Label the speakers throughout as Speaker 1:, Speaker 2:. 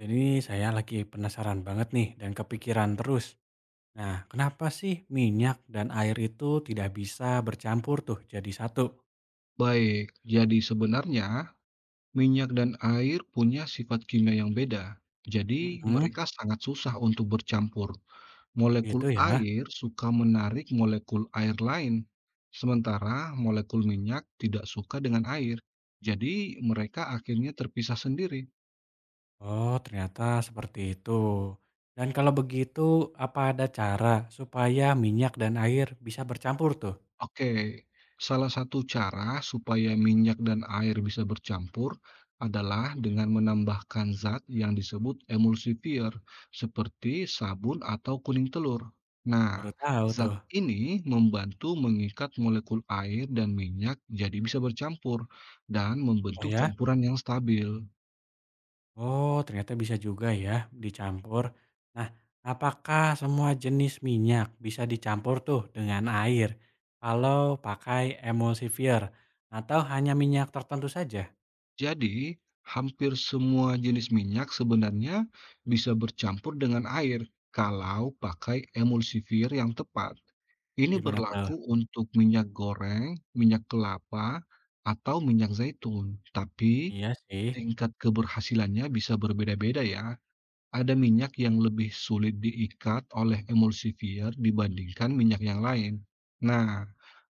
Speaker 1: Jadi saya lagi penasaran banget nih dan kepikiran terus. Nah, kenapa sih minyak dan air itu tidak bisa bercampur tuh jadi satu?
Speaker 2: Baik, jadi sebenarnya minyak dan air punya sifat kimia yang beda. Jadi,
Speaker 1: Mm-mm,
Speaker 2: mereka sangat susah untuk bercampur. Molekul
Speaker 1: gitu ya.
Speaker 2: air suka menarik molekul air lain, sementara molekul minyak tidak suka dengan air. Jadi, mereka akhirnya terpisah sendiri.
Speaker 1: Oh, ternyata seperti itu. Dan kalau begitu, apa ada cara supaya minyak dan air bisa bercampur tuh?
Speaker 2: Oke, salah satu cara supaya minyak dan air bisa bercampur adalah dengan menambahkan zat yang disebut emulsifier, seperti sabun atau kuning telur. Nah,
Speaker 1: Baru tahu
Speaker 2: zat
Speaker 1: tuh.
Speaker 2: ini membantu mengikat molekul air dan minyak jadi bisa bercampur dan
Speaker 1: Oh
Speaker 2: membentuk
Speaker 1: ya?
Speaker 2: campuran yang stabil.
Speaker 1: Oh, ternyata bisa juga ya dicampur. Nah, apakah semua jenis minyak bisa dicampur tuh dengan air kalau pakai emulsifier atau hanya minyak tertentu saja?
Speaker 2: Jadi, hampir semua jenis minyak sebenarnya bisa bercampur dengan air kalau pakai emulsifier yang tepat. Ini
Speaker 1: Gimana tuh?
Speaker 2: berlaku untuk minyak goreng, minyak kelapa, atau minyak zaitun, tapi
Speaker 1: Iya sih.
Speaker 2: tingkat keberhasilannya bisa berbeda-beda ya. Ada minyak yang lebih sulit diikat oleh emulsifier dibandingkan minyak yang lain. Nah,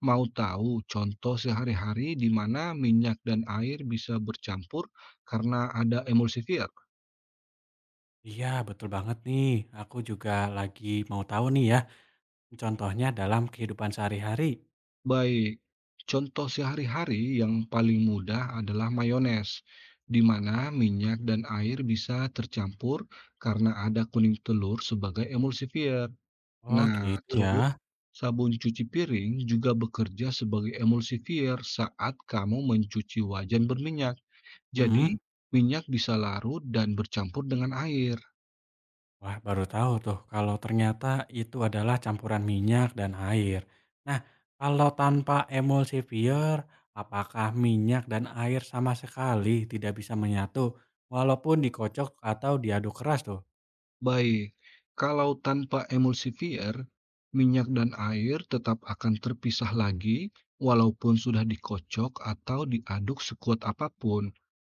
Speaker 2: mau tahu contoh sehari-hari di mana minyak dan air bisa bercampur karena ada emulsifier?
Speaker 1: Iya, betul banget nih. Aku juga lagi mau tahu nih ya. Contohnya dalam kehidupan sehari-hari.
Speaker 2: Baik, contoh sehari-hari yang paling mudah adalah mayones, di mana minyak dan air bisa tercampur karena ada kuning telur sebagai emulsifier.
Speaker 1: Oh,
Speaker 2: Nah,
Speaker 1: gitu ya.
Speaker 2: terus sabun cuci piring juga bekerja sebagai emulsifier saat kamu mencuci wajan berminyak. Jadi,
Speaker 1: Mm-mm.
Speaker 2: minyak bisa larut dan bercampur dengan air.
Speaker 1: Wah, baru tahu tuh kalau ternyata itu adalah campuran minyak dan air. Nah, kalau tanpa emulsifier, apakah minyak dan air sama sekali tidak bisa menyatu walaupun dikocok atau diaduk keras tuh?
Speaker 2: Baik, kalau tanpa emulsifier, minyak dan air tetap akan terpisah lagi walaupun sudah dikocok atau diaduk sekuat apapun.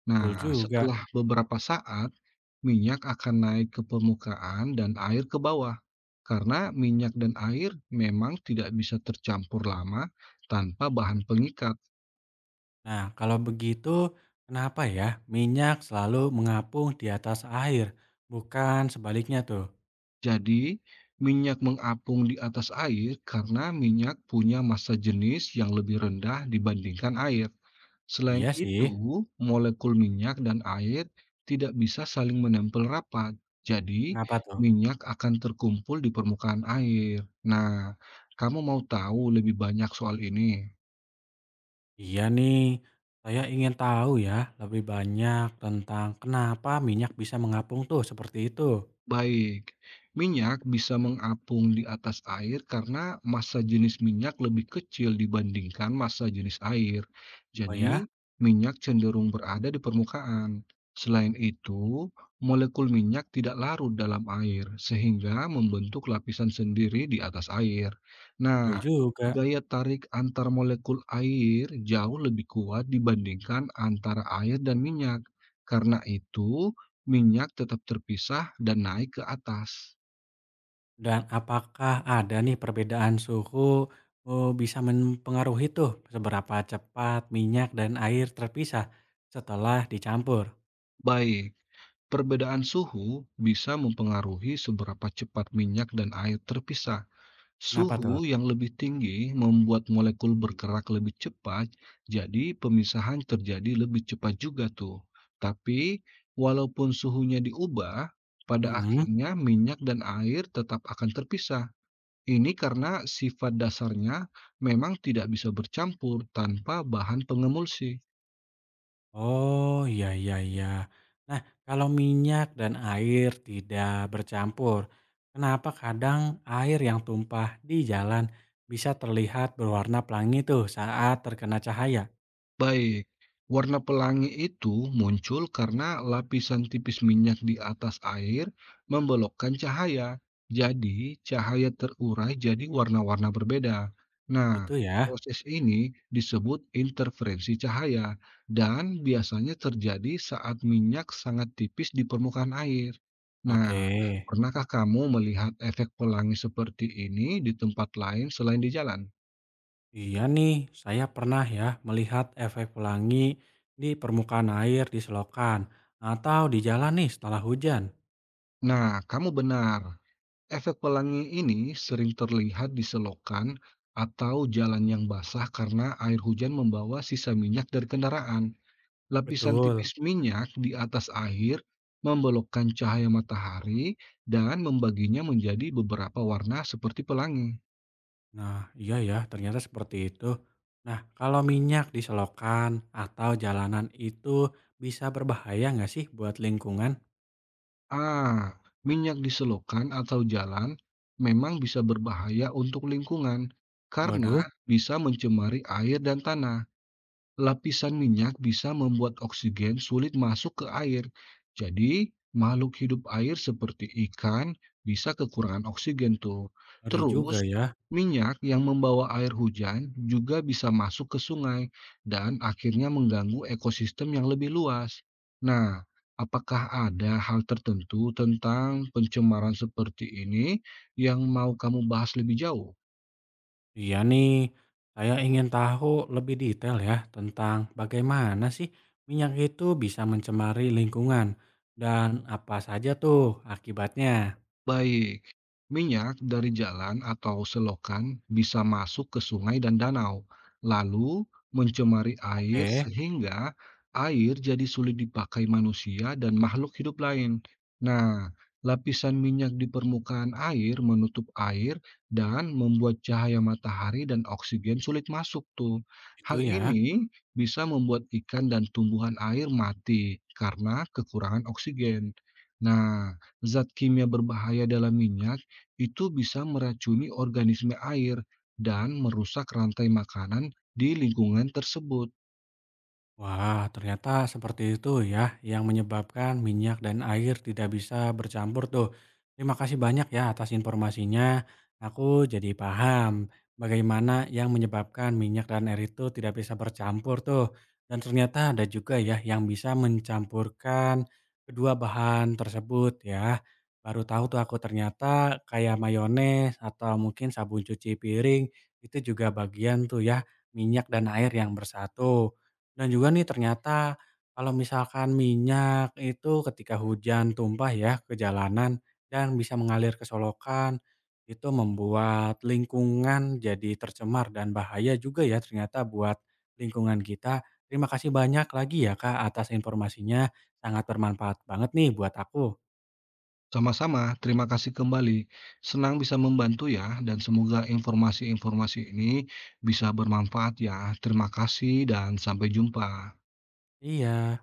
Speaker 1: Betul
Speaker 2: Nah,
Speaker 1: juga.
Speaker 2: setelah beberapa saat, minyak akan naik ke permukaan dan air ke bawah. Karena minyak dan air memang tidak bisa tercampur lama tanpa bahan pengikat.
Speaker 1: Nah, kalau begitu, kenapa ya minyak selalu mengapung di atas air, bukan sebaliknya tuh?
Speaker 2: Jadi, minyak mengapung di atas air karena minyak punya massa jenis yang lebih rendah dibandingkan air. Selain
Speaker 1: Iya
Speaker 2: itu,
Speaker 1: sih,
Speaker 2: molekul minyak dan air tidak bisa saling menempel rapat. Jadi,
Speaker 1: kenapa tuh?
Speaker 2: minyak akan terkumpul di permukaan air. Nah, kamu mau tahu lebih banyak soal ini?
Speaker 1: Iya nih, saya ingin tahu ya lebih banyak tentang kenapa minyak bisa mengapung tuh seperti itu.
Speaker 2: Baik, minyak bisa mengapung di atas air karena massa jenis minyak lebih kecil dibandingkan massa jenis air.
Speaker 1: Oh ya,
Speaker 2: Jadi, minyak cenderung berada di permukaan. Selain itu, molekul minyak tidak larut dalam air, sehingga membentuk lapisan sendiri di atas air.
Speaker 1: betul
Speaker 2: Nah,
Speaker 1: juga.
Speaker 2: gaya tarik antar molekul air jauh lebih kuat dibandingkan antara air dan minyak. Karena itu, minyak tetap terpisah dan naik ke atas.
Speaker 1: Dan apakah ada nih perbedaan suhu bisa mempengaruhi tuh seberapa cepat minyak dan air terpisah setelah dicampur?
Speaker 2: Baik, perbedaan suhu bisa mempengaruhi seberapa cepat minyak dan air terpisah.
Speaker 1: Kenapa
Speaker 2: Suhu
Speaker 1: tuh?
Speaker 2: yang lebih tinggi membuat molekul bergerak lebih cepat, jadi pemisahan terjadi lebih cepat juga tuh. Tapi, walaupun suhunya diubah, pada akhirnya minyak dan air tetap akan terpisah. Ini karena sifat dasarnya memang tidak bisa bercampur tanpa bahan pengemulsi.
Speaker 1: Oh, iya iya iya. Nah, kalau minyak dan air tidak bercampur, kenapa kadang air yang tumpah di jalan bisa terlihat berwarna pelangi tuh saat terkena cahaya?
Speaker 2: Baik, warna pelangi itu muncul karena lapisan tipis minyak di atas air membelokkan cahaya. Jadi, cahaya terurai jadi warna-warna berbeda. Nah,
Speaker 1: Gitu ya.
Speaker 2: proses ini disebut interferensi cahaya dan biasanya terjadi saat minyak sangat tipis di permukaan air.
Speaker 1: Oke.
Speaker 2: Nah, pernahkah kamu melihat efek pelangi seperti ini di tempat lain selain di jalan?
Speaker 1: Iya nih, saya pernah ya melihat efek pelangi di permukaan air di selokan atau di jalan nih setelah hujan.
Speaker 2: Nah, kamu benar. Efek pelangi ini sering terlihat di selokan atau jalan yang basah karena air hujan membawa sisa minyak dari kendaraan. Lapisan
Speaker 1: Betul.
Speaker 2: tipis minyak di atas air membelokkan cahaya matahari dan membaginya menjadi beberapa warna seperti pelangi.
Speaker 1: Nah, iya ya, ternyata seperti itu. Nah, kalau minyak di selokan atau jalanan itu bisa berbahaya nggak sih buat lingkungan?
Speaker 2: Ah, minyak di selokan atau jalan memang bisa berbahaya untuk lingkungan karena
Speaker 1: Waduh,
Speaker 2: bisa mencemari air dan tanah. Lapisan minyak bisa membuat oksigen sulit masuk ke air. Jadi, makhluk hidup air seperti ikan bisa kekurangan oksigen tuh.
Speaker 1: ngeri
Speaker 2: Terus,
Speaker 1: juga ya.
Speaker 2: minyak yang membawa air hujan juga bisa masuk ke sungai dan akhirnya mengganggu ekosistem yang lebih luas. Nah, apakah ada hal tertentu tentang pencemaran seperti ini yang mau kamu bahas lebih jauh?
Speaker 1: Iya nih, saya ingin tahu lebih detail ya tentang bagaimana sih minyak itu bisa mencemari lingkungan dan apa saja tuh akibatnya.
Speaker 2: Baik, minyak dari jalan atau selokan bisa masuk ke sungai dan danau, lalu mencemari air
Speaker 1: Oke,
Speaker 2: sehingga air jadi sulit dipakai manusia dan makhluk hidup lain. Nah, lapisan minyak di permukaan air menutup air dan membuat cahaya matahari dan oksigen sulit masuk tuh.
Speaker 1: itu
Speaker 2: Hal
Speaker 1: ya.
Speaker 2: ini bisa membuat ikan dan tumbuhan air mati karena kekurangan oksigen. Nah, zat kimia berbahaya dalam minyak itu bisa meracuni organisme air dan merusak rantai makanan di lingkungan tersebut.
Speaker 1: Wah, ternyata seperti itu ya yang menyebabkan minyak dan air tidak bisa bercampur tuh. Terima kasih banyak ya atas informasinya. Aku jadi paham bagaimana yang menyebabkan minyak dan air itu tidak bisa bercampur tuh. Dan ternyata ada juga ya yang bisa mencampurkan kedua bahan tersebut ya. Baru tahu tuh aku ternyata kayak mayones atau mungkin sabun cuci piring itu juga bagian tuh ya minyak dan air yang bersatu. Dan juga nih ternyata kalau misalkan minyak itu ketika hujan tumpah ya ke jalanan dan bisa mengalir ke solokan, itu membuat lingkungan jadi tercemar dan bahaya juga ya ternyata buat lingkungan kita. Terima kasih banyak lagi ya Kak atas informasinya, sangat bermanfaat banget nih buat aku.
Speaker 2: Sama-sama, terima kasih kembali. Senang bisa membantu ya, dan semoga informasi-informasi ini bisa bermanfaat ya. Terima kasih dan sampai jumpa.
Speaker 1: Iya.